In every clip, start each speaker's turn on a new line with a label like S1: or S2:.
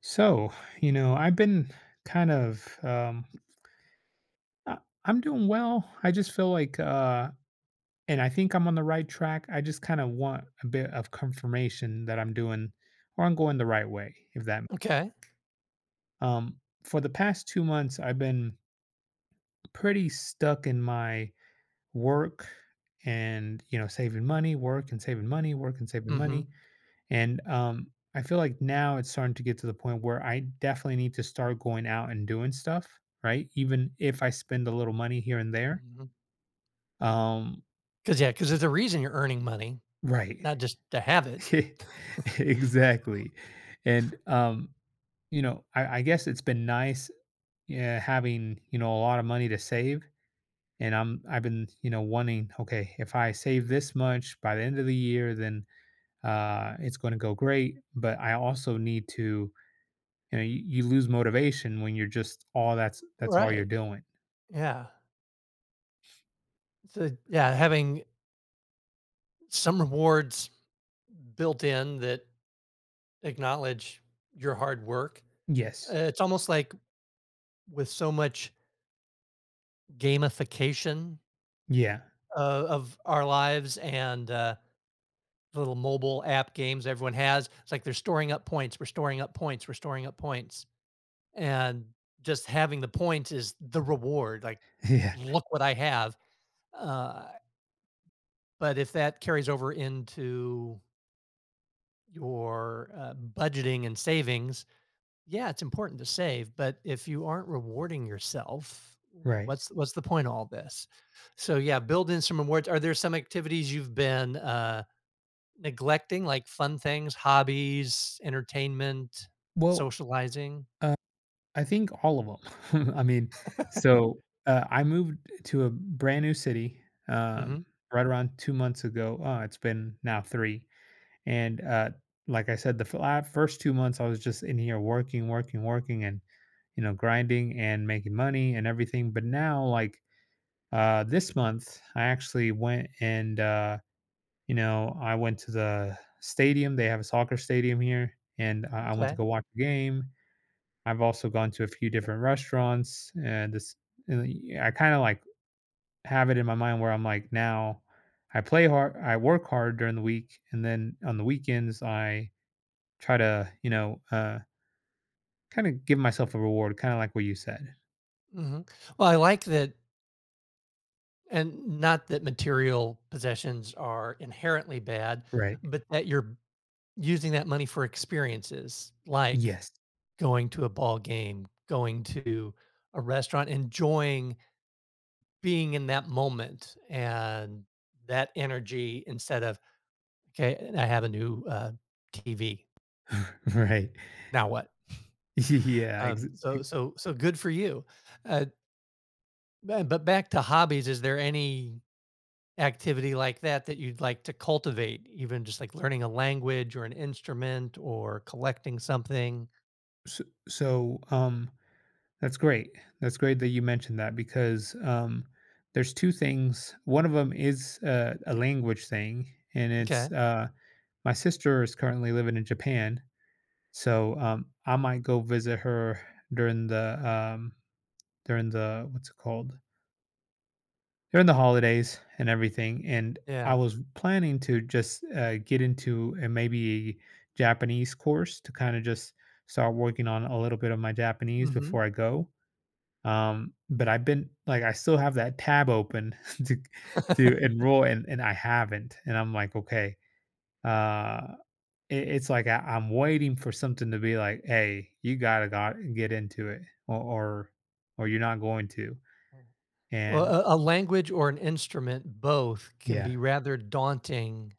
S1: So, I've been kind of I- I'm doing well. I just feel like and I think I'm on the right track. I just kind of want a bit of confirmation that I'm doing or I'm going the right way. if that
S2: Okay.
S1: um for the past 2 months I've been pretty stuck in my work and, saving money, work and saving money, work and saving money.
S2: Mm.
S1: And I feel like now it's starting to get to the point where I definitely need to start going out and doing stuff, right? Even if I spend a little money here and there.
S2: Mhm.
S1: Um,
S2: Because there's a reason you're earning money,
S1: right.
S2: not just to have it.
S1: Exactly. And I guess it's been nice, yeah, having a lot of money to save. And I've been, wanting, okay, if I save this much by the end of the year, then it's gonna go great. But I also need to. You lose motivation when you're just all that's all you're
S2: Right.
S1: doing.
S2: Yeah. So, yeah, having some rewards built in that acknowledge your hard work.
S1: Yes.
S2: It's almost like with so much gamification
S1: Yeah.
S2: o of our lives and, the little mobile app games everyone has. It's like they're storing up points, we're storing up points, we're storing up points. And just having the points is the reward, like,
S1: Yeah.
S2: "Look what I have." Uh, but if that carries over into your, budgeting and savings, yeah, it's important to save, but if you aren't rewarding yourself,
S1: Right.
S2: what's the point of all this? So, yeah, build in some rewards. Are there some activities you've been, neglecting, like fun things, hobbies, entertainment,
S1: Well,
S2: socializing?
S1: uh, I think all of them. I mean, so I moved to a brand new city um,
S2: Mhm.
S1: right around 2 months ago. Oh, it's been now three. And like I said, the first 2 months I was just in here working, working, working, and grinding and making money and everything. But now, like this month, I actually went and I went to the stadium. They have a soccer stadium here, and I went to
S2: M'kay.
S1: go watch a game. I've also gone to a few different restaurants, and this and y I kinda, like, have it in my mind where I'm like, now I work hard during the week, and then on the weekends, I try to, kinda give myself a reward, kinda like what you said.
S2: Mhm. Well, I like that. And not that material possessions are inherently bad,
S1: Right.
S2: but that you're using that money for experiences like
S1: Yes.
S2: going to a ball game, going to a restaurant, enjoying being in that moment and that energy instead of, okay, I have a new TV.
S1: Right.
S2: Now what?
S1: Yeah,
S2: So, so, so good for you. Uh, but back to hobbies, is there any activity like that that you'd like to cultivate, even just like learning a language or an instrument or collecting something?
S1: so so, um That's great. That's great that you mentioned that because there's two things. One of them is a language thing, and
S2: Okay.
S1: it's my sister is currently living in Japan, so I might go visit her during the um, during the what's it called during the holidays and everything. And I
S2: Yeah.
S1: was planning to just get into maybe a Japanese course to kind of just start working on a little bit of my Japanese
S2: Mhm.
S1: before I go. But I've been like, I still have that tab open to to enroll, and I haven't. And I'm like, okay, uh, it's like I'm waiting for something to be like, hey, you gotta got get into it, or or you're not going to.
S2: Well,
S1: And
S2: a language or an instrument, both can
S1: yeah,
S2: be rather daunting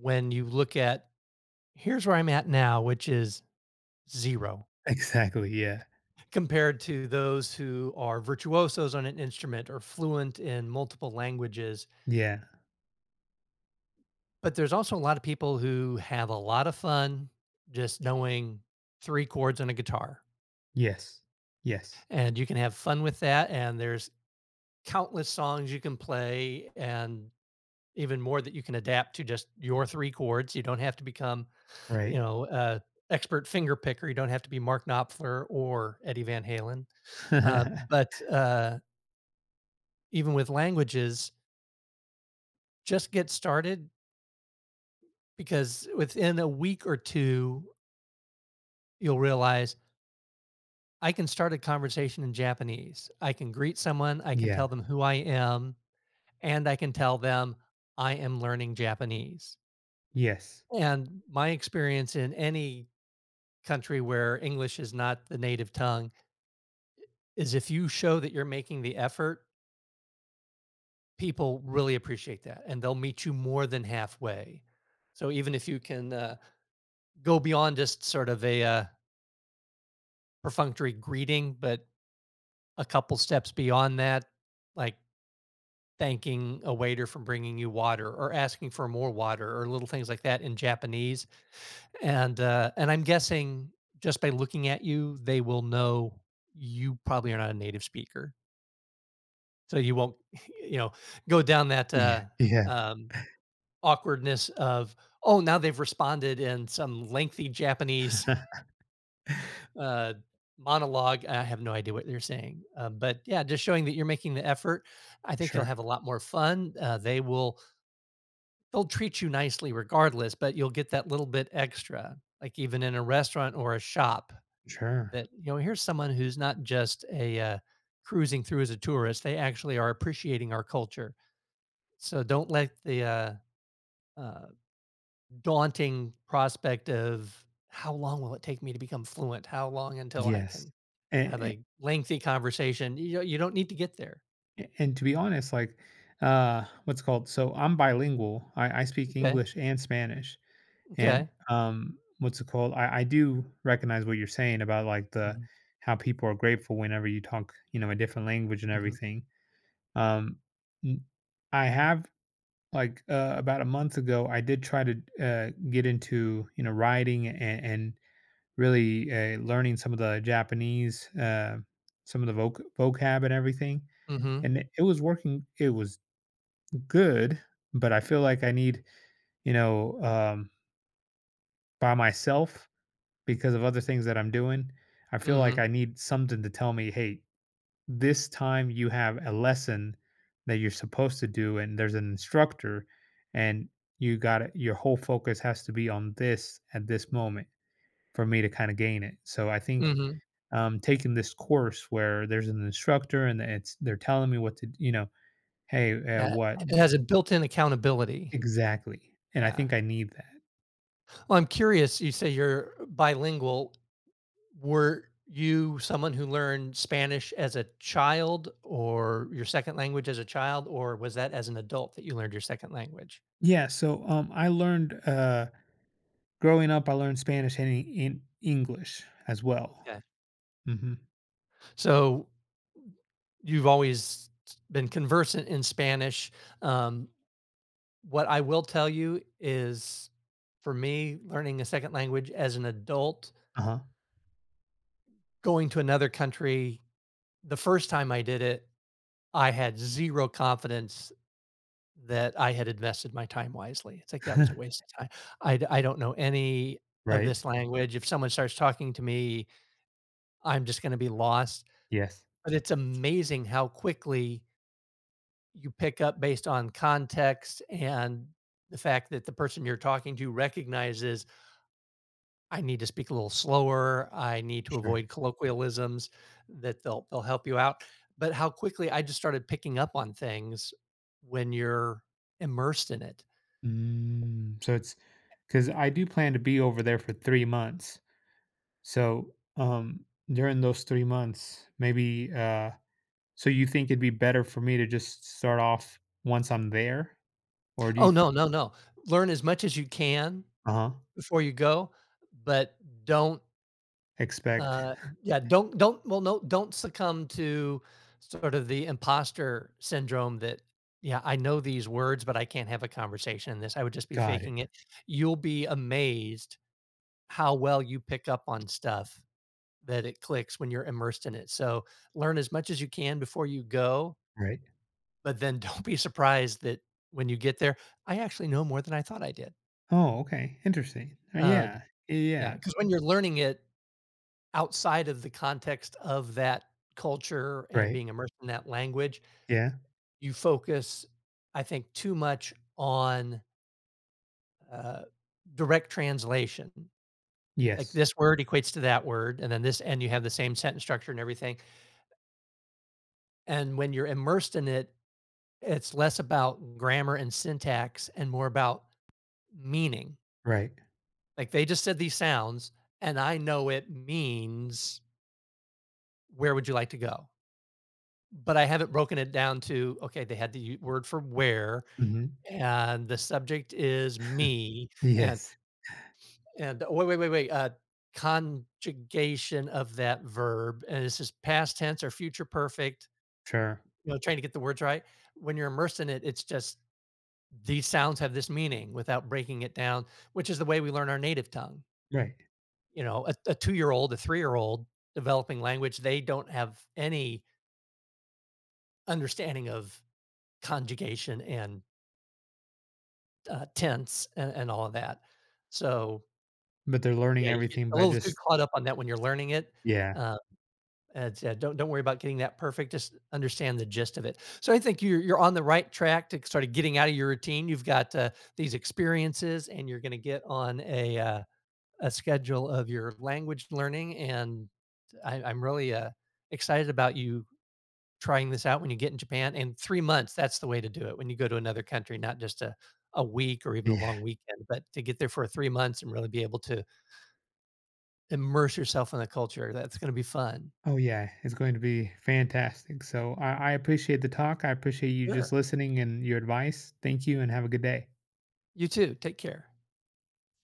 S2: when you look at here's where I'm at now, which is zero,
S1: exactly. Yeah,
S2: compared to those who are virtuosos on an instrument or fluent in multiple languages.
S1: yeah,
S2: But there's also a lot of people who have a lot of fun just knowing three chords on a guitar,
S1: yes, yes,
S2: and you can have fun with that, and there's countless songs you can play and even more that you can adapt to just your 3 chords. You don't have to become,
S1: right.
S2: a expert finger picker. You don't have to be Mark Knopfler or Eddie Van Halen. Uh, but, uh, even with languages, just get started because within a week or 2, you'll realize, "I can start a conversation in Japanese. I can greet someone, I can
S1: Yeah,
S2: tell them who I am, and I can tell them I am learning Japanese.
S1: yes,
S2: And my experience in any country where English is not the native tongue is if you show that you're making the effort, people really appreciate that and they'll meet you more than halfway. So even if you can go beyond just sort of a perfunctory greeting, but a couple steps beyond that, like thanking a waiter for bringing you water or asking for more water or little things like that in Japanese. And, and I'm guessing just by looking at you, they will know you probably are not a native speaker. So you won't, you know, go down that
S1: yeah, yeah.
S2: um, awkwardness of, oh, now they've responded in some lengthy Japanese uh, monologue. I have no idea what they're saying. But yeah, just showing that you're making the effort, I think you'll
S1: Sure,
S2: have a lot more fun. They'll treat you nicely regardless, but you'll get that little bit extra, like even in a restaurant or a shop
S1: sure.
S2: that you know here's someone who's not just a cruising through as a tourist. They actually are appreciating our culture, so don't let the uh, daunting prospect of how long will it take me to become fluent, how long until I
S1: Yes.
S2: can have a lengthy conversation. You don't need to get there.
S1: And to be honest, like, what's it called? So I'm bilingual. I speak
S2: Okay.
S1: English and Spanish. And
S2: Okay.
S1: what's it called? I do recognize what you're saying about like the
S2: Mhm.
S1: how people are grateful whenever you talk, a different language and
S2: Mhm.
S1: everything. Um, n- I have like About a month ago, I did try to get into writing and really learning some of the Japanese, some of the vocab and everything,
S2: Mhm.
S1: and it was working, it was good. But I feel like I need, you know, um, by myself because of other things that I'm doing. I feel like
S2: Mhm.
S1: I need something to tell me, hey, this time you have a lesson that you're supposed to do, and there's an instructor, and you got it. Your whole focus has to be on this at this moment for me to kind of gain it. So I think
S2: Mhm.
S1: taking this course where there's an instructor, and it's they're telling me what to, hey,
S2: Yeah,
S1: what
S2: it has a built-in accountability.
S1: exactly, and I
S2: Yeah.
S1: think I need that.
S2: Well, I'm curious. You say you're bilingual. Were you someone who learned Spanish as a child or your second language as a child, or was that as an adult that you learned your second language?
S1: Yeah, so, growing up, I learned Spanish and E and English as well.
S2: Okay.
S1: Mhm.
S2: So you've always been conversant in Spanish. Um, what I will tell you is for me, learning a second language as an adult,
S1: Uh-huh.
S2: going to another country, the first time I did it, I had zero confidence that I had invested my time wisely. It's like that was a waste of time. I don't know any of this language. If someone starts talking to me, I'm just gonna be lost, but it's amazing how quickly you pick up based on context and the fact that the person you're talking to recognizes, "I need to speak a little slower, I need to
S1: Sure.
S2: avoid colloquialisms," that they'll help you out, but how quickly I just started picking up on things when you're immersed in it.
S1: Mm, so it's because I do plan to be over there for 3 months. So, during those 3 months, maybe, so you think it'd be better for me to just start off once I'm there? Or do you.
S2: Oh, no, no, no. Learn as much as you can
S1: Uh-huh.
S2: before you go, but don't,
S1: Expect.
S2: uh yeah, don't well, no, don't succumb to sort of the imposter syndrome that, "Yeah, I know these words, but I can't have a conversation in this. I would just be
S1: Got it.
S2: faking it." You'll be amazed how well you pick up on stuff, that it clicks when you're immersed in it. So learn as much as you can before you go,
S1: Right.
S2: but then don't be surprised that when you get there, I actually know more than I thought I did.
S1: Oh, okay, interesting. Uh,
S2: Um,
S1: yeah.
S2: yeah,
S1: Yeah.
S2: because when you're learning it outside of the context of that culture and
S1: Right.
S2: being immersed in that language,
S1: Yeah.
S2: you focus, I think, too much on uh, direct translation. Like
S1: Yes.
S2: this word equates to that word, and then this, and you have the same sentence structure and everything. And when you're immersed in it, it's less about grammar and syntax and more about meaning.
S1: Right.
S2: Like, they just said these sounds, and I know it means, "Where would you like to go?" But I haven't broken it down to, okay, they had the word for "where,"
S1: Mhm.
S2: and the subject is "me," and
S1: Yes,
S2: and oh, wait, wait, wait, wait, conjugation of that verb, and this is past tense or future perfect,
S1: sure,
S2: trying to get the words right. When you're immersed in it, it's just these sounds have this meaning without breaking it down, which is the way we learn our native tongue.
S1: right,
S2: You know, a 2-year old, a 3-year old developing language, they don't have any understanding of conjugation and tense and all of that. So,
S1: but they're learning
S2: yeah, you get
S1: everything
S2: a
S1: by
S2: little too
S1: just,
S2: caught up on that when you're learning it.
S1: yeah,
S2: Uh, and don't worry about getting that perfect. Just understand the gist of it. So I think you're on the right track to sort of getting out of your routine. You've got these experiences, and you're going to get on a schedule of your language learning, and I'm really excited about you trying this out when you get in Japan. And 3 months, that's the way to do it when you go to another country, not just a week or even a
S1: yeah.
S2: long weekend, but to get there for 3 months and really be able to immerse yourself in the culture. That's going to be fun.
S1: Oh, yeah, it's going to be fantastic, so I appreciate the talk, I appreciate you just
S2: Sure.
S1: listening and your advice, thank you, and have a good day.
S2: You too. Take care.